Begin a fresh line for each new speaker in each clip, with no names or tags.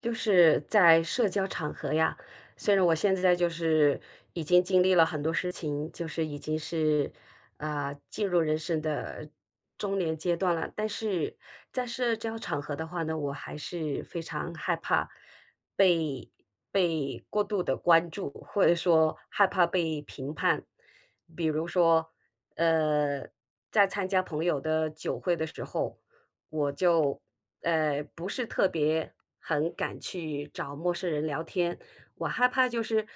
就是在社交场合呀，虽然我现在就是已经经历了很多事情，就是已经是进入人生的中年阶段了，但是在社交场合的话呢，我还是非常害怕被被过度的关注，或者说害怕被评判。比如说，呃，在参加朋友的酒会的时候，我就不是特别很敢去找陌生人聊天，我害怕就是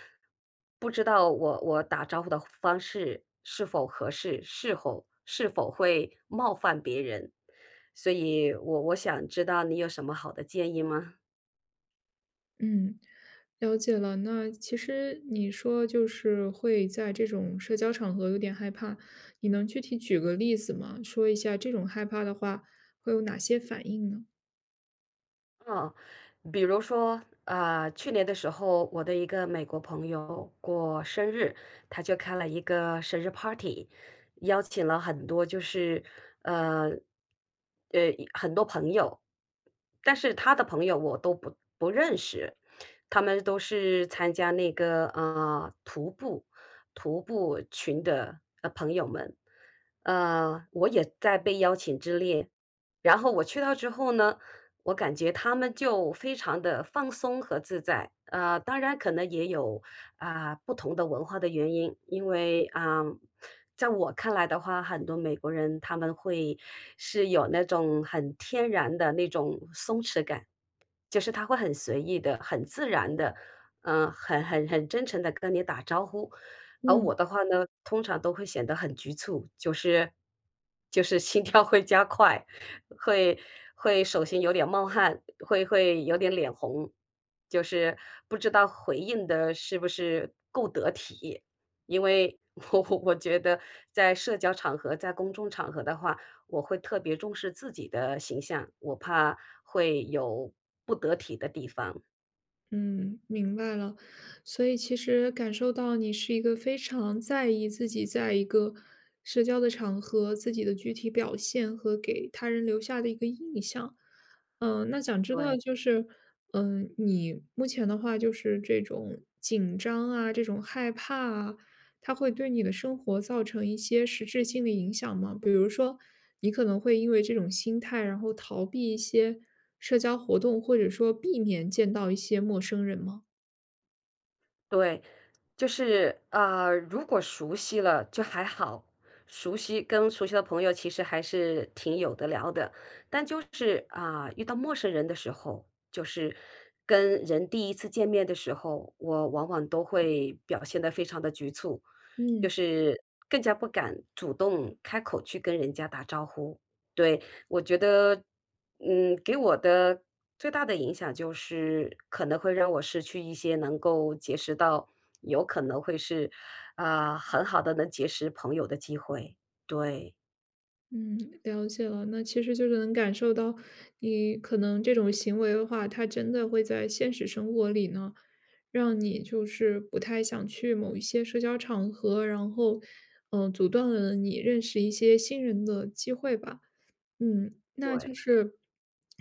不知道我打招呼的方式是否合适，是否会冒犯别人，所以我想知道你有什么好的建议吗？
嗯，了解了。那其实你说就是会在这种社交场合有点害怕，你能具体举个例子吗？说一下这种害怕的话会有哪些反应呢？
嗯，比如说，去年的时候，我的一个美国朋友过生日，他就开了一个生日 party,邀请了很多，就是呃呃很多朋友，但是他的朋友我都不认识，他们都是参加那个徒步群的朋友们，我也在被邀请之列。然后我去到之后呢。我感觉他们就非常的放松和自在。当然可能也有，不同的文化的原因，因为，在我看来的话，很多美国人他们会是有那种很天然的那种松弛感，就是他会很随意的、很自然的，很真诚的跟你打招呼。而
嗯。
我的话呢，通常都会显得很局促，就是心跳会加快。会会手心有点冒汗，会有点脸红，就是不知道回应的是不是够得体。因为 我觉得在社交场合，在公众场合的话，我会特别重视自己的形象，我怕会有不得体的地方，
嗯，明白了。所以其实感受到你是一个非常在意自己在一个社交的场合，自己的具体表现和给他人留下的一个印象。嗯，那想知道
对。
就是，嗯，你目前的话就是这种紧张啊，这种害怕啊，它会对你的生活造成一些实质性的影响吗？比如说，你可能会因为这种心态，然后逃避一些。社交活动，或者说避免见到一些陌生人吗？
对，就是，如果熟悉了就还好，熟悉跟熟悉的朋友其实还是挺有得聊的，但就是啊，遇到陌生人的时候，就是跟人第一次见面的时候，我往往都会表现得非常的局促，就
嗯。
是更加不敢主动开口去跟人家打招呼。对，我觉得，给我的最大的影响就是可能会让我失去一些能够结识到，有可能会是，很好的能结识朋友的机会。对，
嗯，了解了。那其实就是能感受到，你可能这种行为的话，它真的会在现实生活里呢，让你就是不太想去某一些社交场合，然后，嗯、阻断了你认识一些新人的机会吧。嗯，那就
对，
是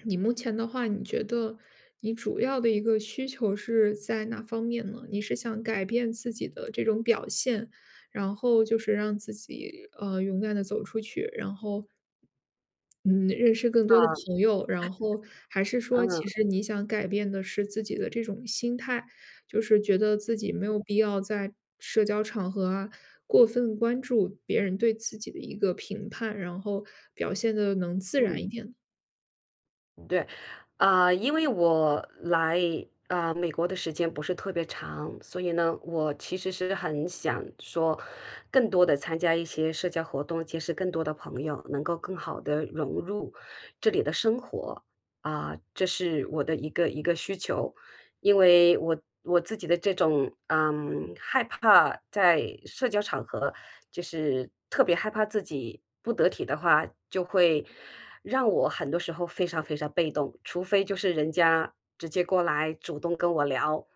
你目前的话，你觉得你主要的一个需求是在哪方面呢？你是想改变自己的这种表现，然后就是让自己勇敢的走出去，然后嗯认识更多的
啊，
朋友，然后还是说
嗯，
其实你想改变的是自己的这种心态，就是觉得自己没有必要在社交场合啊过分关注别人对自己的一个评判，然后表现的能自然一
嗯。
点呢
对，因为我来美国的时间不是特别长，所以呢，我其实是很想说，更多的参加一些社交活动，结识更多的朋友，能够更好的融入这里的生活这是我的一个需求。因为我自己的这种，害怕在社交场合，就是特别害怕自己不得体的话，就会让我很多时候非常非常被动，除非就是人家直接过来主动跟我聊，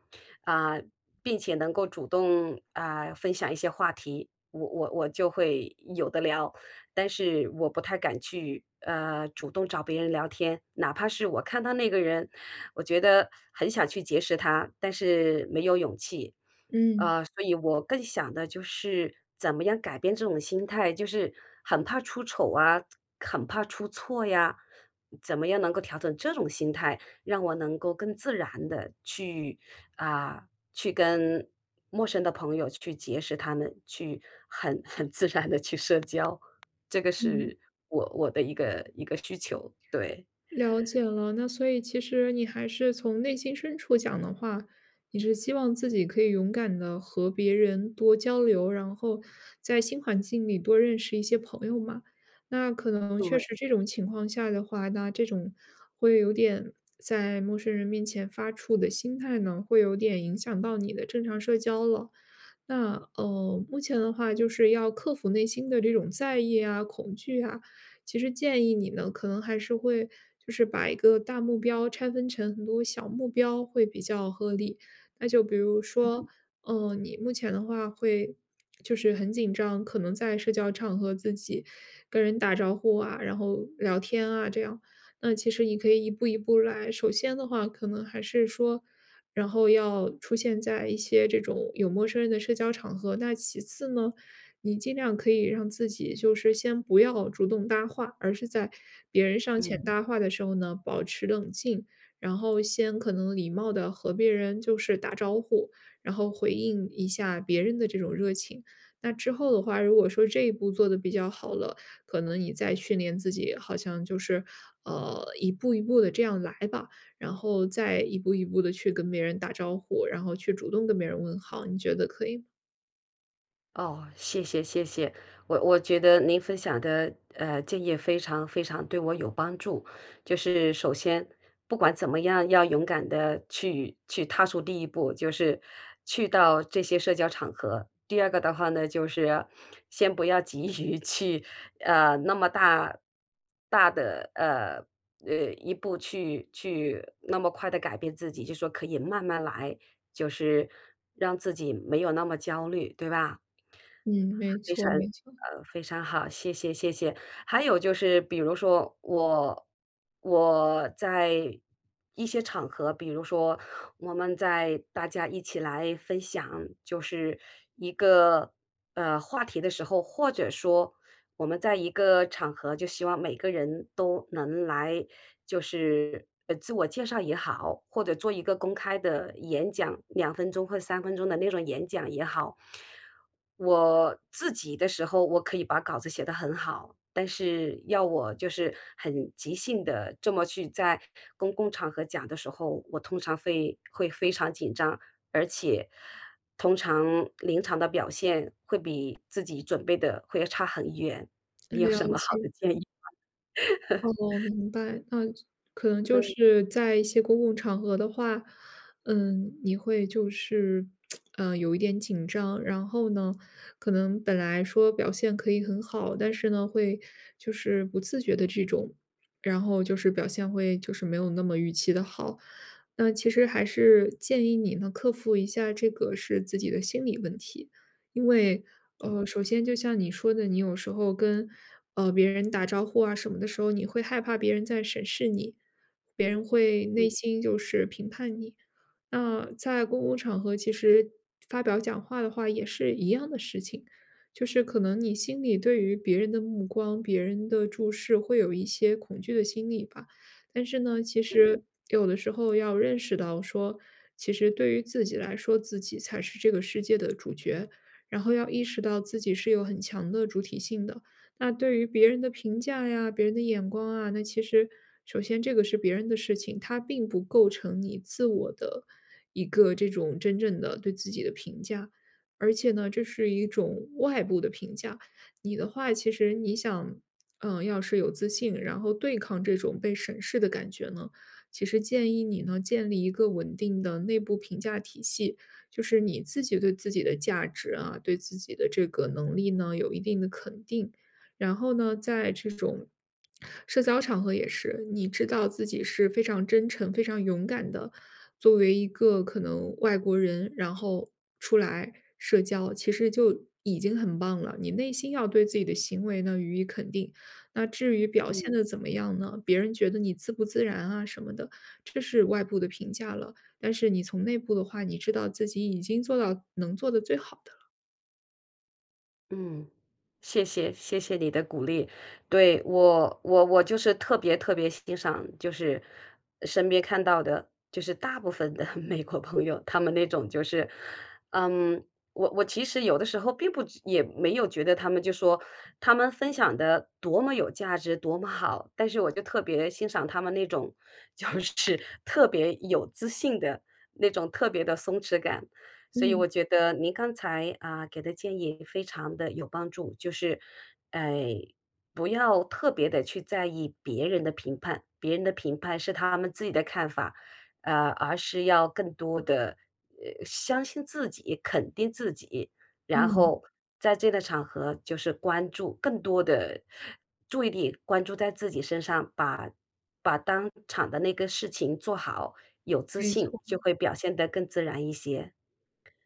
啊，并且能够主动分享一些话题，我就会有的聊。但是我不太敢去，主动找别人聊天。哪怕是我看到那个人，我觉得很想去结识他，但是没有勇气。
嗯，
所以我更想的就是怎么样改变这种心态，就是很怕出丑啊，很怕出错呀，怎么样能够调整这种心态，让我能够更自然的去啊，去跟陌生的朋友去结识他们，去很自然的去社交。这个
嗯，
是我的一个需求，对，
了解了。那所以其实你还是从内心深处讲的话，你是希望自己可以勇敢的和别人多交流，然后在新环境里多认识一些朋友嘛。那可能
对，
确实这种情况下的话，那这种会有点在陌生人面前发怵的心态呢，会有点影响到你的正常社交了。那目前的话就是要克服内心的这种在意啊、恐惧啊，其实建议你呢，可能还是会就是把一个大目标拆分成很多小目标会比较合理。那就比如说，嗯，你目前的话会就是很紧张，可能在社交场合自己跟人打招呼啊，然后聊天啊这样。那其实你可以一步一步来。首先的话，可能还是说，然后要出现在一些这种有陌生人的社交场合。那其次呢，你尽量可以让自己就是先不要主动搭话，而是在别人上前
嗯。
搭话的时候呢，保持冷静，然后先可能礼貌的和别人就是打招呼，然后回应一下别人的这种热情。那之后的话，如果说这一步做的比较好了，可能你再训练自己，好像就是一步一步的这样来吧，然后再一步一步的去跟别人打招呼，然后去主动跟别人问好，你觉得可以吗？
哦，谢谢谢谢，我觉得您分享的建议非常非常对我有帮助。就是首先，不管怎么样，要勇敢的去踏出第一步，就是去到这些社交场合。第二个的话呢，就是先不要急于去那么大的一步去那么快的改变自己，就说可以慢慢来，就是让自己没有那么焦虑，对吧？
嗯，没错，没错。
非常好，谢谢谢谢。还有就是比如说我在一些场合，比如说我们在大家一起来分享，就是一个话题的时候，或者说我们在一个场合就希望每个人都能来，就是自我介绍也好，或者做一个公开的演讲，2分钟或3分钟的那种演讲也好。我自己的时候，我可以把稿子写得很好，但是要我就是很即兴的这么去在公共场合讲的时候，我通常会非常紧张，而且。通常临场的表现会比自己准备的会要差很远，你有
了
什么好
解，
的建议？
哦，明白。那可能就
嗯，
是在一些公共场合的话，嗯，你会就是，有一点紧张，然后呢，可能本来说表现可以很好，但是呢，会就是不自觉的这种，然后就是表现会就是没有那么预期的好。那其实还是建议你呢，克服一下这个是自己的心理问题。因为，首先就像你说的，你有时候跟，别人打招呼啊什么的时候，你会害怕别人在审视你，别人会内
嗯
心就是评判你。那在公共场合，其实发表讲话的话也是一样的事情，就是可能你心里对于别人的目光、别人的注视会有一些恐惧的心理吧。但是呢，其实有的时候要认识到说，其实对于自己来说，自己才是这个世界的主角。然后要意识到自己是有很强的主体性的。那对于别人的评价呀、别人的眼光啊，那其实首先这个是别人的事情，它并不构成你自我的一个这种真正的对自己的评价。而且呢，这是一种外部的评价。你的话，其实你想，嗯，要是有自信，然后对抗这种被审视的感觉呢，其实建议你呢建立一个稳定的内部评价体系，就是你自己对自己的价值啊，对自己的这个能力呢，有一定的肯定。然后呢，在这种社交场合也是，你知道自己是非常真诚、非常勇敢的，作为一个可能外国人，然后出来社交，其实就已经很棒了。你内心要对自己的行为呢予以肯定。那至于表现
嗯。
的怎么样呢？别人觉得你自不自然啊什么的，这是外部的评价了。但是你从内部的话，你知道自己已经做到能做的最好的了。
嗯，谢谢谢谢你的鼓励。对，我就是特别特别欣赏，就是身边看到的，就是大部分的 美国朋友，他们那种就是，嗯，我其实有的时候并不知也没有觉得他们就说他们分享的多么有价值，多么好，但是我就特别欣赏他们那种 就是特别有自信的那种特别的松弛感。所以
嗯，
我觉得您刚才给的建议非常的有帮助，就是，呃，不要特别的去在意别人的评判，别人的评判是他们自己的看法，而是要更多的相信自己，肯定自己，然
嗯，
后在这个场合就是关注更多的注意力关注在自己身上，把当场的那个事情做好，有自
没
信
错，
就会表现得更自然一些。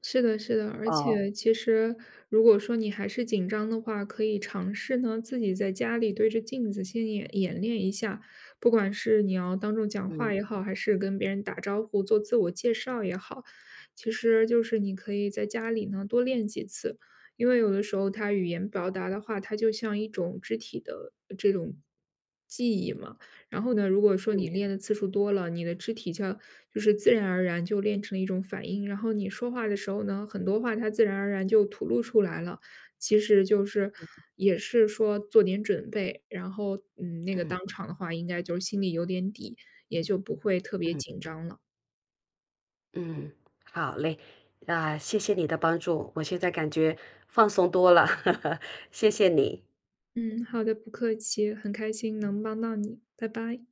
是的是的。而
哦，
且其实如果说你还是紧张的话，可以尝试呢，自己在家里对着镜子先演演练一下。不管是你要当众讲话也
嗯
好，还是跟别人打招呼、做自我介绍也好，其实就是你可以在家里呢多练几次。因为有的时候它语言表达的话，它就像一种肢体的这种记忆嘛。然后呢，如果说你
嗯
练的次数多了，你的肢体就自然而然就练成了一种反应，然后你说话的时候呢，很多话它自然而然就吐露出来了。其实就是也是说做点准备，然后嗯，那个
嗯
当场的话，应该就是心里有点底，也就不会特别
嗯
紧张了。
嗯，好嘞，啊，谢谢你的帮助，我现在感觉放松多了，谢谢你。
嗯，好的，不客气，很开心能帮到你，拜拜。